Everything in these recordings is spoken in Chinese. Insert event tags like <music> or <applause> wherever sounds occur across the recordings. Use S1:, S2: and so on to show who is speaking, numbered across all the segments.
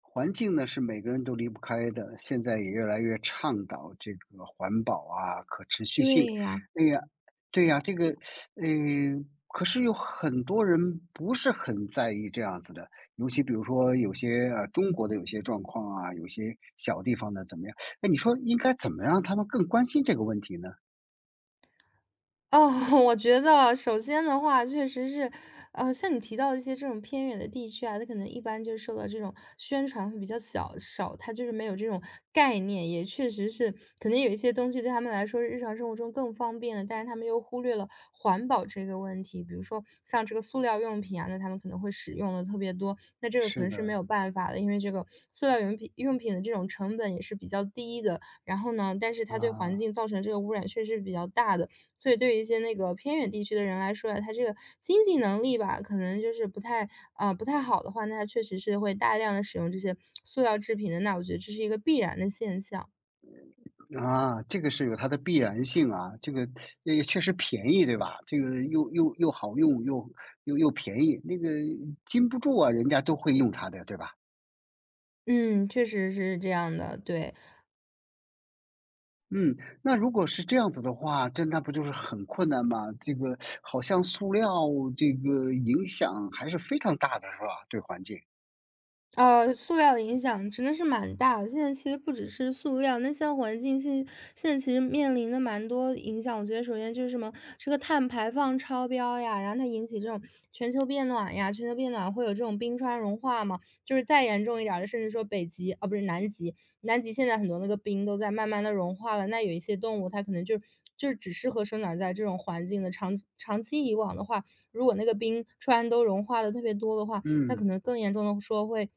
S1: 环境呢，是每个人都离不开的，现在也越来越倡导这个环保啊、可持续性。
S2: 对呀。
S1: 哎呀，对呀，这个，可是有很多人不是很在意这样子的，尤其比如说有些中国的有些状况啊，有些小地方的怎么样？哎，你说应该怎么让他们更关心这个问题呢？
S2: 哦，<laughs> 我觉得首先的话，确实是，像你提到的一些这种偏远的地区啊，它可能一般就受到这种宣传会比较小少，它就是没有这种概念，也确实是可能有一些东西对他们来说日常生活中更方便了，但是他们又忽略了环保这个问题。比如说像这个塑料用品啊，那他们可能会使用的特别多，那这个可
S1: 是
S2: 能是没
S1: 的，
S2: 有办法的，因为这个塑料用品的这种成本也是比较低的，然后呢，但是它对环
S1: 啊，
S2: 境造成这个污染确实是比较大的。所以对于一些那个偏远地区的人来说呀，他这个经济能力吧，可能就是不太啊，不太好的话，那他确实是会大量的使用这些塑料制品的，那我觉得这是一个必然的现象。
S1: 啊，这个是有它的必然性啊，这个也确实便宜，对吧？这个又好用，又便宜，那个禁不住啊，人家都会用它的，对吧？
S2: 嗯，确实是这样的，对。
S1: 嗯，那如果是这样子的话，这那不就是很困难吗？这个好像塑料这个影响还是非常大的，是吧？对环境，
S2: 塑料的影响真的是蛮大的。现在其实不只是塑料，那现在环境现现在其实面临的蛮多影响。我觉得首先就是什么，这个碳排放超标呀，然后它引起这种全球变暖呀，全球变暖会有这种冰川融化嘛，就是再严重一点儿的，甚至说北极啊，不是南极，南极现在很多那个冰都在慢慢的融化了，那有一些动物它可能就是只适合生长在这种环境的，长长期以往的话，如果那个冰川都融化的特别多的话，那可
S1: 嗯，
S2: 能更严重的说会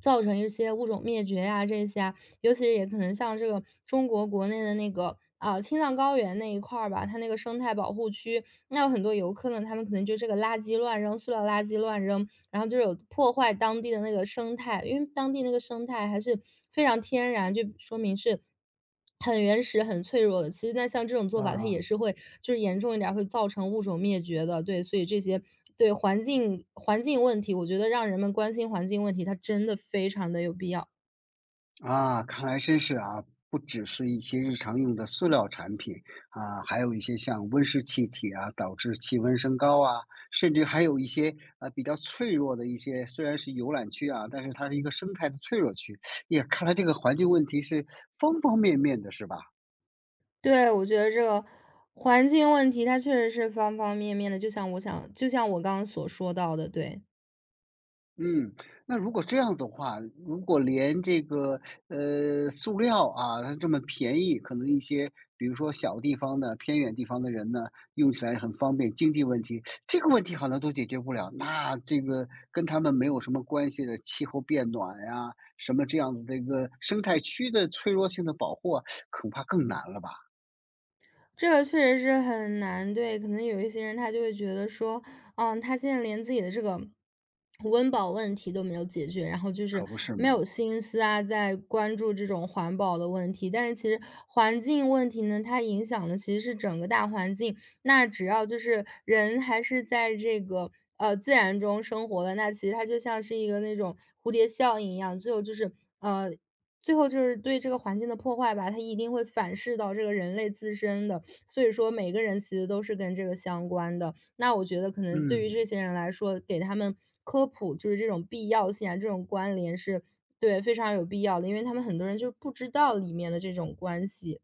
S2: 造成一些物种灭绝呀、这些啊，尤其是也可能像这个中国国内的那个啊、青藏高原那一块儿吧，它那个生态保护区，那有很多游客呢，他们可能就这个垃圾乱扔，塑料垃圾乱扔，然后就是有破坏当地的那个生态，因为当地那个生态还是非常天然，就说明是很原始、很脆弱的。其实那像这种做法，它也
S1: 啊。
S2: 是会就是严重一点儿会造成物种灭绝的，对，所以这些对环境问题，我觉得让人们关心环境问题，它真的非常的有必要。
S1: 啊，看来真是啊，不只是一些日常用的塑料产品啊，还有一些像温室气体啊，导致气温升高啊，甚至还有一些比较脆弱的一些，虽然是游览区啊，但是它是一个生态的脆弱区。也看来这个环境问题是方方面面的，是吧？
S2: 对，我觉得这个环境问题它确实是方方面面的，就像我想，就像我刚刚所说到的，对。
S1: 嗯，那如果这样的话，如果连这个，塑料啊，它这么便宜，可能一些比如说小地方的、偏远地方的人呢，用起来很方便，经济问题，这个问题好像都解决不了，那这个跟他们没有什么关系的气候变暖呀，什么这样子的一个生态区的脆弱性的保护啊，恐怕更难了吧？
S2: 这个确实是很难，对，可能有一些人他就会觉得说，嗯，他现在连自己的这个温饱问题都没有解决，然后就是
S1: 可不是
S2: 没有
S1: 吗？
S2: 心思啊，在关注这种环保的问题。但是其实环境问题呢，它影响的其实是整个大环境。那只要就是人还是在这个自然中生活的，那其实它就像是一个那种蝴蝶效应一样，呃最后就是对这个环境的破坏吧，它一定会反噬到这个人类自身的。所以说每个人其实都是跟这个相关的。那我觉得可能对于
S1: 嗯。
S2: 这些人来说，给他们科普就是这种必要性啊，这种关联是对，非常有必要的，因为他们很多人就是不知道里面的这种关系。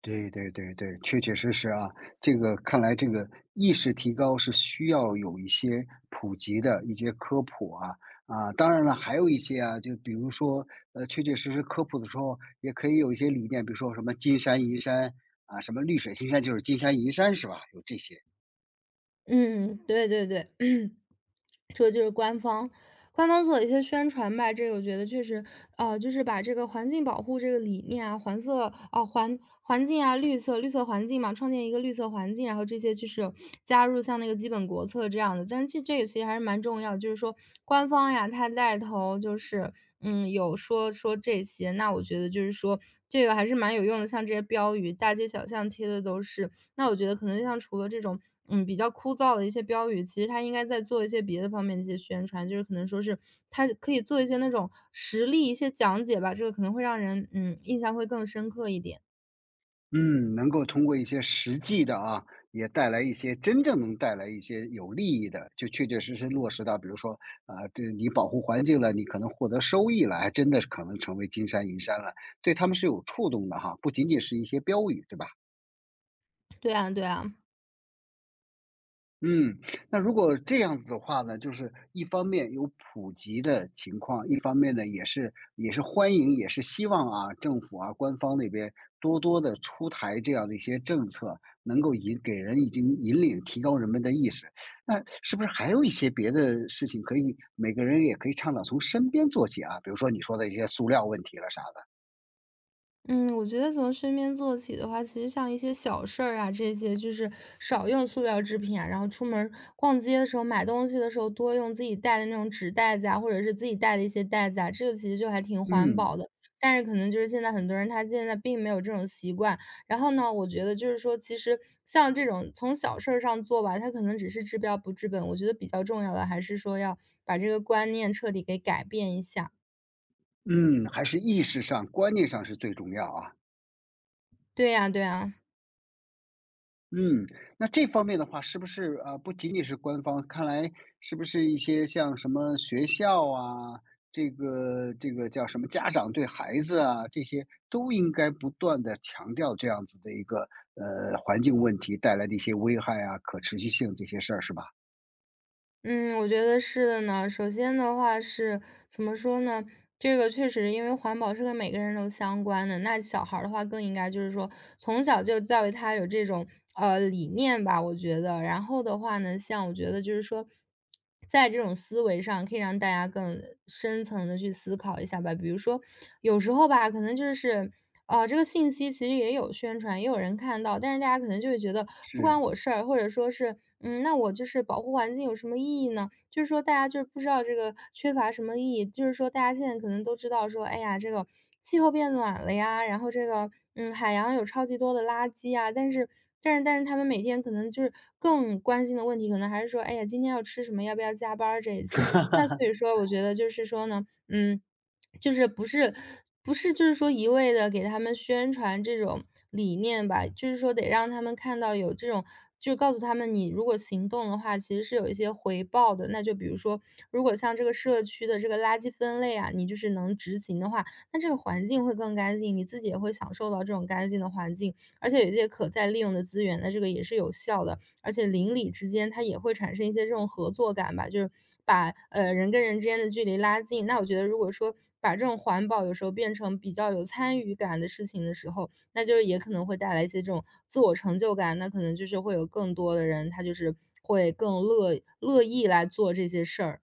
S1: 对对对对，确确实实啊，这个看来这个意识提高是需要有一些普及的一些科普啊，当然了，还有一些啊，就比如说确确实实科普的时候，也可以有一些理念，比如说什么金山银山啊，什么绿水青山，就是金山银山是吧？有这些。
S2: 嗯，对对对。这就是官方，官方做的一些宣传吧，这个我觉得确实，就是把这个环境保护这个理念啊，环色啊，环境啊，绿色环境嘛，创建一个绿色环境，然后这些就是有加入像那个基本国策这样的，但是这个其实还是蛮重要的，就是说官方呀，它带头就是。嗯，有说说这些，那我觉得就是说，这个还是蛮有用的。像这些标语，大街小巷贴的都是，那我觉得可能像除了这种，嗯，比较枯燥的一些标语，其实它应该在做一些别的方面的一些宣传，就是可能说是它可以做一些那种实例一些讲解吧，这个可能会让人，嗯，印象会更深刻一点。
S1: 嗯，能够通过一些实际的啊，也带来一些真正能带来一些有利益的，就确确实实落实到，比如说，啊，这你保护环境了，你可能获得收益了，还真的是可能成为金山银山了，对他们是有触动的哈，不仅仅是一些标语，对吧？
S2: 对啊对啊。
S1: 嗯，那如果这样子的话呢，就是一方面有普及的情况，一方面呢也是欢迎，也是希望啊，政府啊，官方那边多多的出台这样的一些政策，能够引给人已经引领提高人们的意识。那是不是还有一些别的事情可以每个人也可以倡导从身边做起啊？比如说你说的一些塑料问题了啥的。
S2: 嗯，我觉得从身边做起的话，其实像一些小事儿啊，这些就是少用塑料制品啊，然后出门儿逛街的时候、买东西的时候多用自己带的那种纸袋子啊，或者是自己带的一些袋子啊，这个其实就还挺环
S1: 嗯
S2: 保的。但是可能就是现在很多人他现在并没有这种习惯，然后呢，我觉得就是说，其实像这种从小事儿上做吧，它可能只是治标不治本。我觉得比较重要的还是说要把这个观念彻底给改变一下。
S1: 嗯，还是意识上、观念上是最重要啊。
S2: 对呀，对呀。
S1: 嗯，那这方面的话，是不是，不仅仅是官方，看来是不是一些像什么学校啊，这个叫什么家长对孩子啊，这些都应该不断的强调这样子的一个环境问题带来的一些危害啊，可持续性这些事儿是吧？
S2: 嗯，我觉得是的呢。首先的话是怎么说呢？这个确实，因为环保是跟每个人都相关的。那小孩儿的话，更应该就是说，从小就教育他有这种理念吧，我觉得。然后的话呢，像我觉得就是说，在这种思维上，可以让大家更深层的去思考一下吧。比如说，有时候吧，可能就是。这个信息其实也有宣传，也有人看到，但是大家可能就会觉得不关
S1: 是。
S2: 我事儿，或者说是，嗯，那我就是保护环境有什么意义呢？就是说大家就是不知道这个缺乏什么意义，就是说大家现在可能都知道说，哎呀，这个气候变暖了呀，然后这个嗯海洋有超级多的垃圾啊，但是但是他们每天可能就是更关心的问题，可能还是说，哎呀，今天要吃什么，要不要加班儿这一些。那所
S1: <laughs>
S2: 以说，我觉得就是说呢，嗯。就是不是不是就是说一味的给他们宣传这种理念吧，就是说得让他们看到有这种就告诉他们你如果行动的话，其实是有一些回报的。那就比如说，如果像这个社区的这个垃圾分类啊，你就是能执行的话，那这个环境会更干净，你自己也会享受到这种干净的环境，而且有一些可再利用的资源，那这个也是有效的。而且邻里之间它也会产生一些这种合作感吧，就是把人跟人之间的距离拉近。那我觉得，如果说把这种环保有时候变成比较有参与感的事情的时候，那就是也可能会带来一些这种自我成就感。那可能就是会有更多的人，他就是会更乐意来做这些事儿。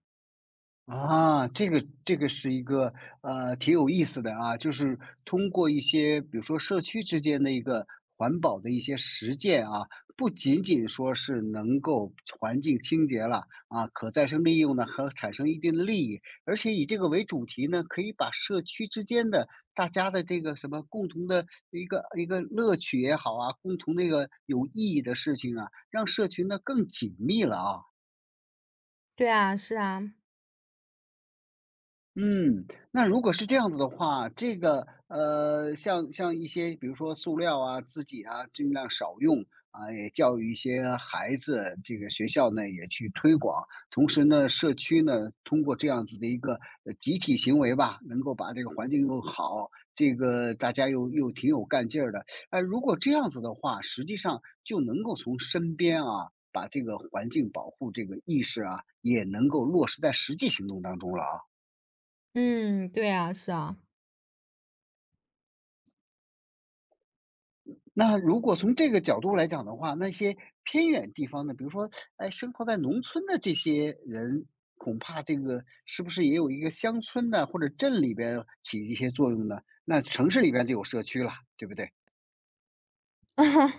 S1: 啊，这个是一个挺有意思的啊，就是通过一些比如说社区之间的一个环保的一些实践啊，不仅仅说是能够环境清洁了啊，可再生利用呢和产生一定的利益，而且以这个为主题呢，可以把社区之间的大家的这个什么共同的一个一个乐趣也好啊，共同那个有意义的事情啊，让社群呢更紧密了啊。
S2: 对啊，是啊。
S1: 嗯，那如果是这样子的话，这个像一些比如说塑料啊、自己啊，尽量少用啊，也教育一些孩子，这个学校呢也去推广，同时呢，社区呢通过这样子的一个集体行为吧，能够把这个环境又好，这个大家又挺有干劲儿的。哎，如果这样子的话，实际上就能够从身边啊，把这个环境保护这个意识啊，也能够落实在实际行动当中了啊。
S2: 嗯，对啊，是啊。
S1: 那如果从这个角度来讲的话，那些偏远地方的，比如说，哎，生活在农村的这些人，恐怕这个是不是也有一个乡村的或者镇里边起一些作用呢？那城市里边就有社区了，对不对？
S2: <laughs>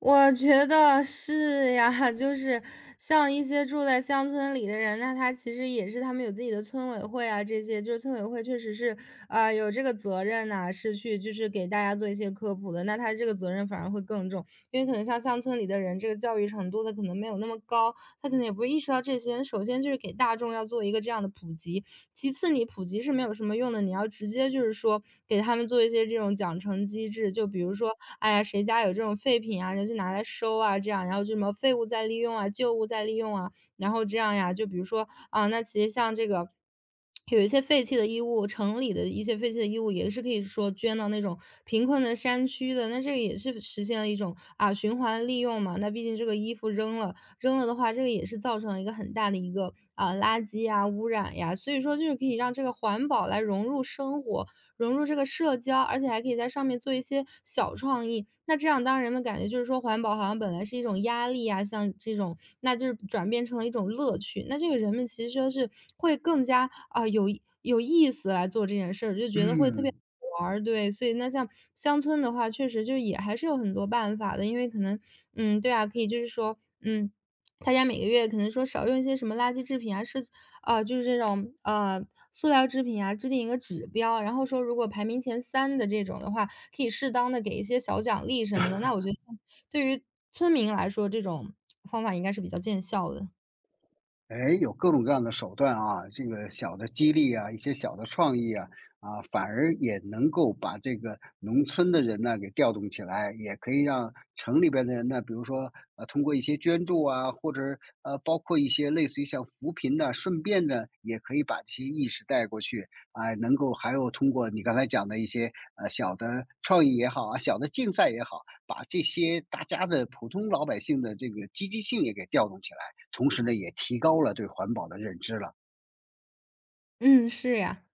S2: 我觉得是呀，<laughs> 就是像一些住在乡村里的人，那他其实也是他们有自己的村委会啊，这些就是村委会确实是，啊有这个责任呐，是去就是给大家做一些科普的，那他这个责任反而会更重，因为可能像乡村里的人，这个教育程度的可能没有那么高，他可能也不会意识到这些。首先就是给大众要做一个这样的普及，其次你普及是没有什么用的，你要直接就是说给他们做一些这种奖惩机制，就比如说，哎呀，谁家有这种废品啊，人就拿来收啊，这样，然后就什么废物再利用啊，旧物再利用啊，然后这样呀，就比如说啊，那其实像这个。有一些废弃的衣物，城里的一些废弃的衣物也是可以说捐到那种贫困的山区的，那这个也是实现了一种啊循环利用嘛。那毕竟这个衣服扔了，扔了的话，这个也是造成了一个很大的一个啊、垃圾呀、污染呀。所以说，就是可以让这个环保来融入生活，融入这个社交，而且还可以在上面做一些小创意。那这样，当人们感觉就是说环保好像本来是一种压力呀、像这种，那就是转变成了一种乐趣。那这个人们其实说是会更加啊、有意思来做这件事儿，就觉得会特别。
S1: 嗯。
S2: 玩儿对，所以那像乡村的话，确实就是也还是有很多办法的，因为可能，嗯，对啊，可以就是说，嗯，大家每个月可能说少用一些什么垃圾制品啊，是啊，就是这种塑料制品啊，制定一个指标，然后说如果排名前三的这种的话，可以适当的给一些小奖励什么的。那我觉得像对于村民来说，这种方法应该是比较见效的。
S1: 哎，有各种各样的手段啊，这个小的激励啊，一些小的创意啊，啊，反而也能够把这个农村的人呢给调动起来，也可以让城里边的人呢，比如说通过一些捐助啊，或者包括一些类似于像扶贫呐，顺便呢，也可以把这些意识带过去，啊，能够还有通过你刚才讲的一些小的创意也好啊，小的竞赛也好，把这些大家的普通老百姓的这个积极性也给调动起来。同时呢，也提高了对环保的认知了。
S2: 嗯，是呀、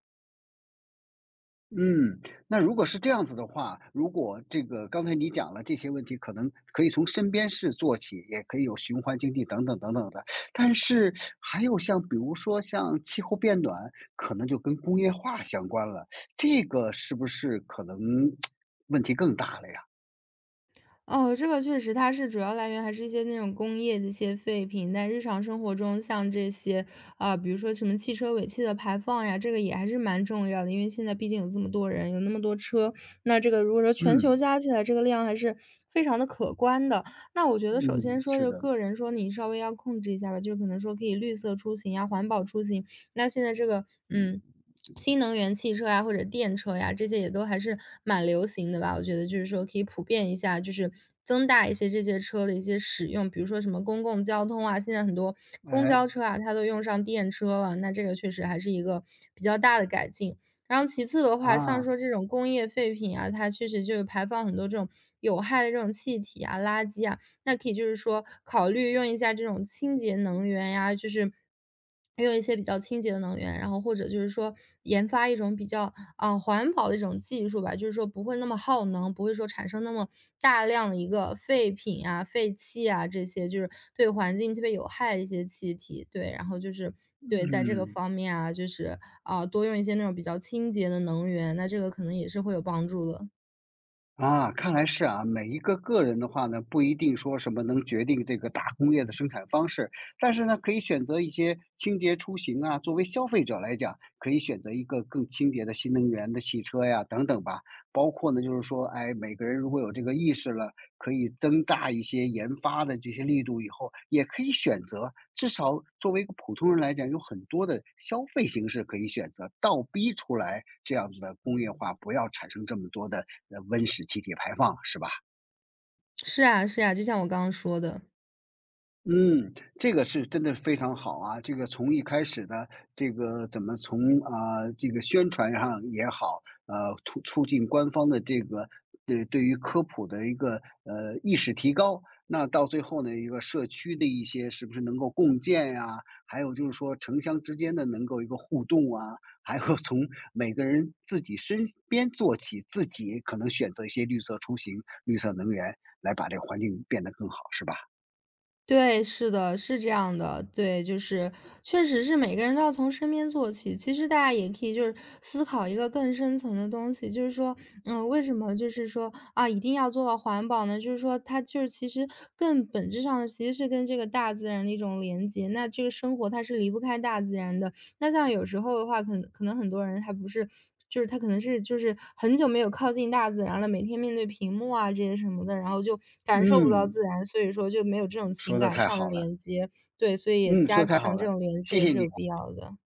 S1: 嗯，那如果是这样子的话，如果这个刚才你讲了这些问题，可能可以从身边事做起，也可以有循环经济等等等等的。但是还有像比如说像气候变暖，可能就跟工业化相关了，这个是不是可能问题更大了呀？
S2: 哦，这个确实它是主要来源还是一些那种工业的一些废品，在日常生活中像这些，啊，比如说什么汽车尾气的排放呀，这个也还是蛮重要的。因为现在毕竟有这么多人，有那么多车，那这个如果说全球
S1: 嗯
S2: 加起来这个量还是非常的可观的。那我觉得首先
S1: 嗯，
S2: 说
S1: 是
S2: 就
S1: 的，
S2: 个人说你稍微要控制一下吧，就是可能说可以绿色出行呀，环保出行，那现在这个嗯。新能源汽车呀，或者电车呀，这些也都还是蛮流行的吧。我觉得就是说可以普遍一下，就是增大一些这些车的一些使用，比如说什么公共交通啊，现在很多公
S1: 哎
S2: 交车啊，它都用上电车了，那这个确实还是一个比较大的改进。然后其次的话，像
S1: 啊，
S2: 说这种工业废品啊，它确实就是排放很多这种有害的这种气体啊、垃圾啊，那可以就是说考虑用一下这种清洁能源呀，就是用一些比较清洁的能源，然后或者就是说研发一种比较啊、环保的一种技术吧，就是说不会那么耗能，不会说产生那么大量的一个废品啊、废气啊这些，就是对环境特别有害的一些气体。对，然后就是对在这个
S1: 嗯。
S2: 方面啊，就是啊、多用一些那种比较清洁的能源，那这个可能也是会有帮助的。
S1: 啊，看来是啊，每一个个人的话呢，不一定说什么能决定这个大工业的生产方式，但是呢，可以选择一些清洁出行啊，作为消费者来讲，可以选择一个更清洁的新能源的汽车呀，等等吧。包括呢，就是说，哎，每个人如果有这个意识了，可以增大一些研发的这些力度以后，也可以选择。至少作为一个普通人来讲，有很多的消费形式可以选择，倒逼出来这样子的工业化，不要产生这么多的温室气体排放，是吧？
S2: 是啊，是啊，就像我刚刚说的。
S1: 嗯，这个是真的非常好啊！这个从一开始的这个怎么从啊、这个宣传上也好，促进官方的这个对于科普的一个意识提高，那到最后呢，一个社区的一些是不是能够共建呀、还有就是说城乡之间的能够一个互动啊，还有从每个人自己身边做起，自己可能选择一些绿色出行、绿色能源，来把这个环境变得更好，是吧？
S2: 对，是的，是这样的。对，就是确实是每个人都要从身边做起。其实大家也可以就是思考一个更深层的东西，就是说，嗯，为什么就是说啊，一定要做到环保呢？就是说，它就是其实更本质上的其实是跟这个大自然的一种连接。那这个生活它是离不开大自然的，那像有时候的话，可能很多人他不是就是他可能是就是很久没有靠近大自然了，每天面对屏幕啊这些什么的，然后就感受不到
S1: 嗯。
S2: 自然，所以说就没有这种情
S1: 说的
S2: 感
S1: 太
S2: 上的
S1: 好了，
S2: 连接。对，所以也
S1: 嗯，
S2: 加
S1: 说的太好
S2: 强这
S1: 了，
S2: 种连
S1: 谢
S2: 接
S1: 谢
S2: 是
S1: 你。
S2: 有必要的。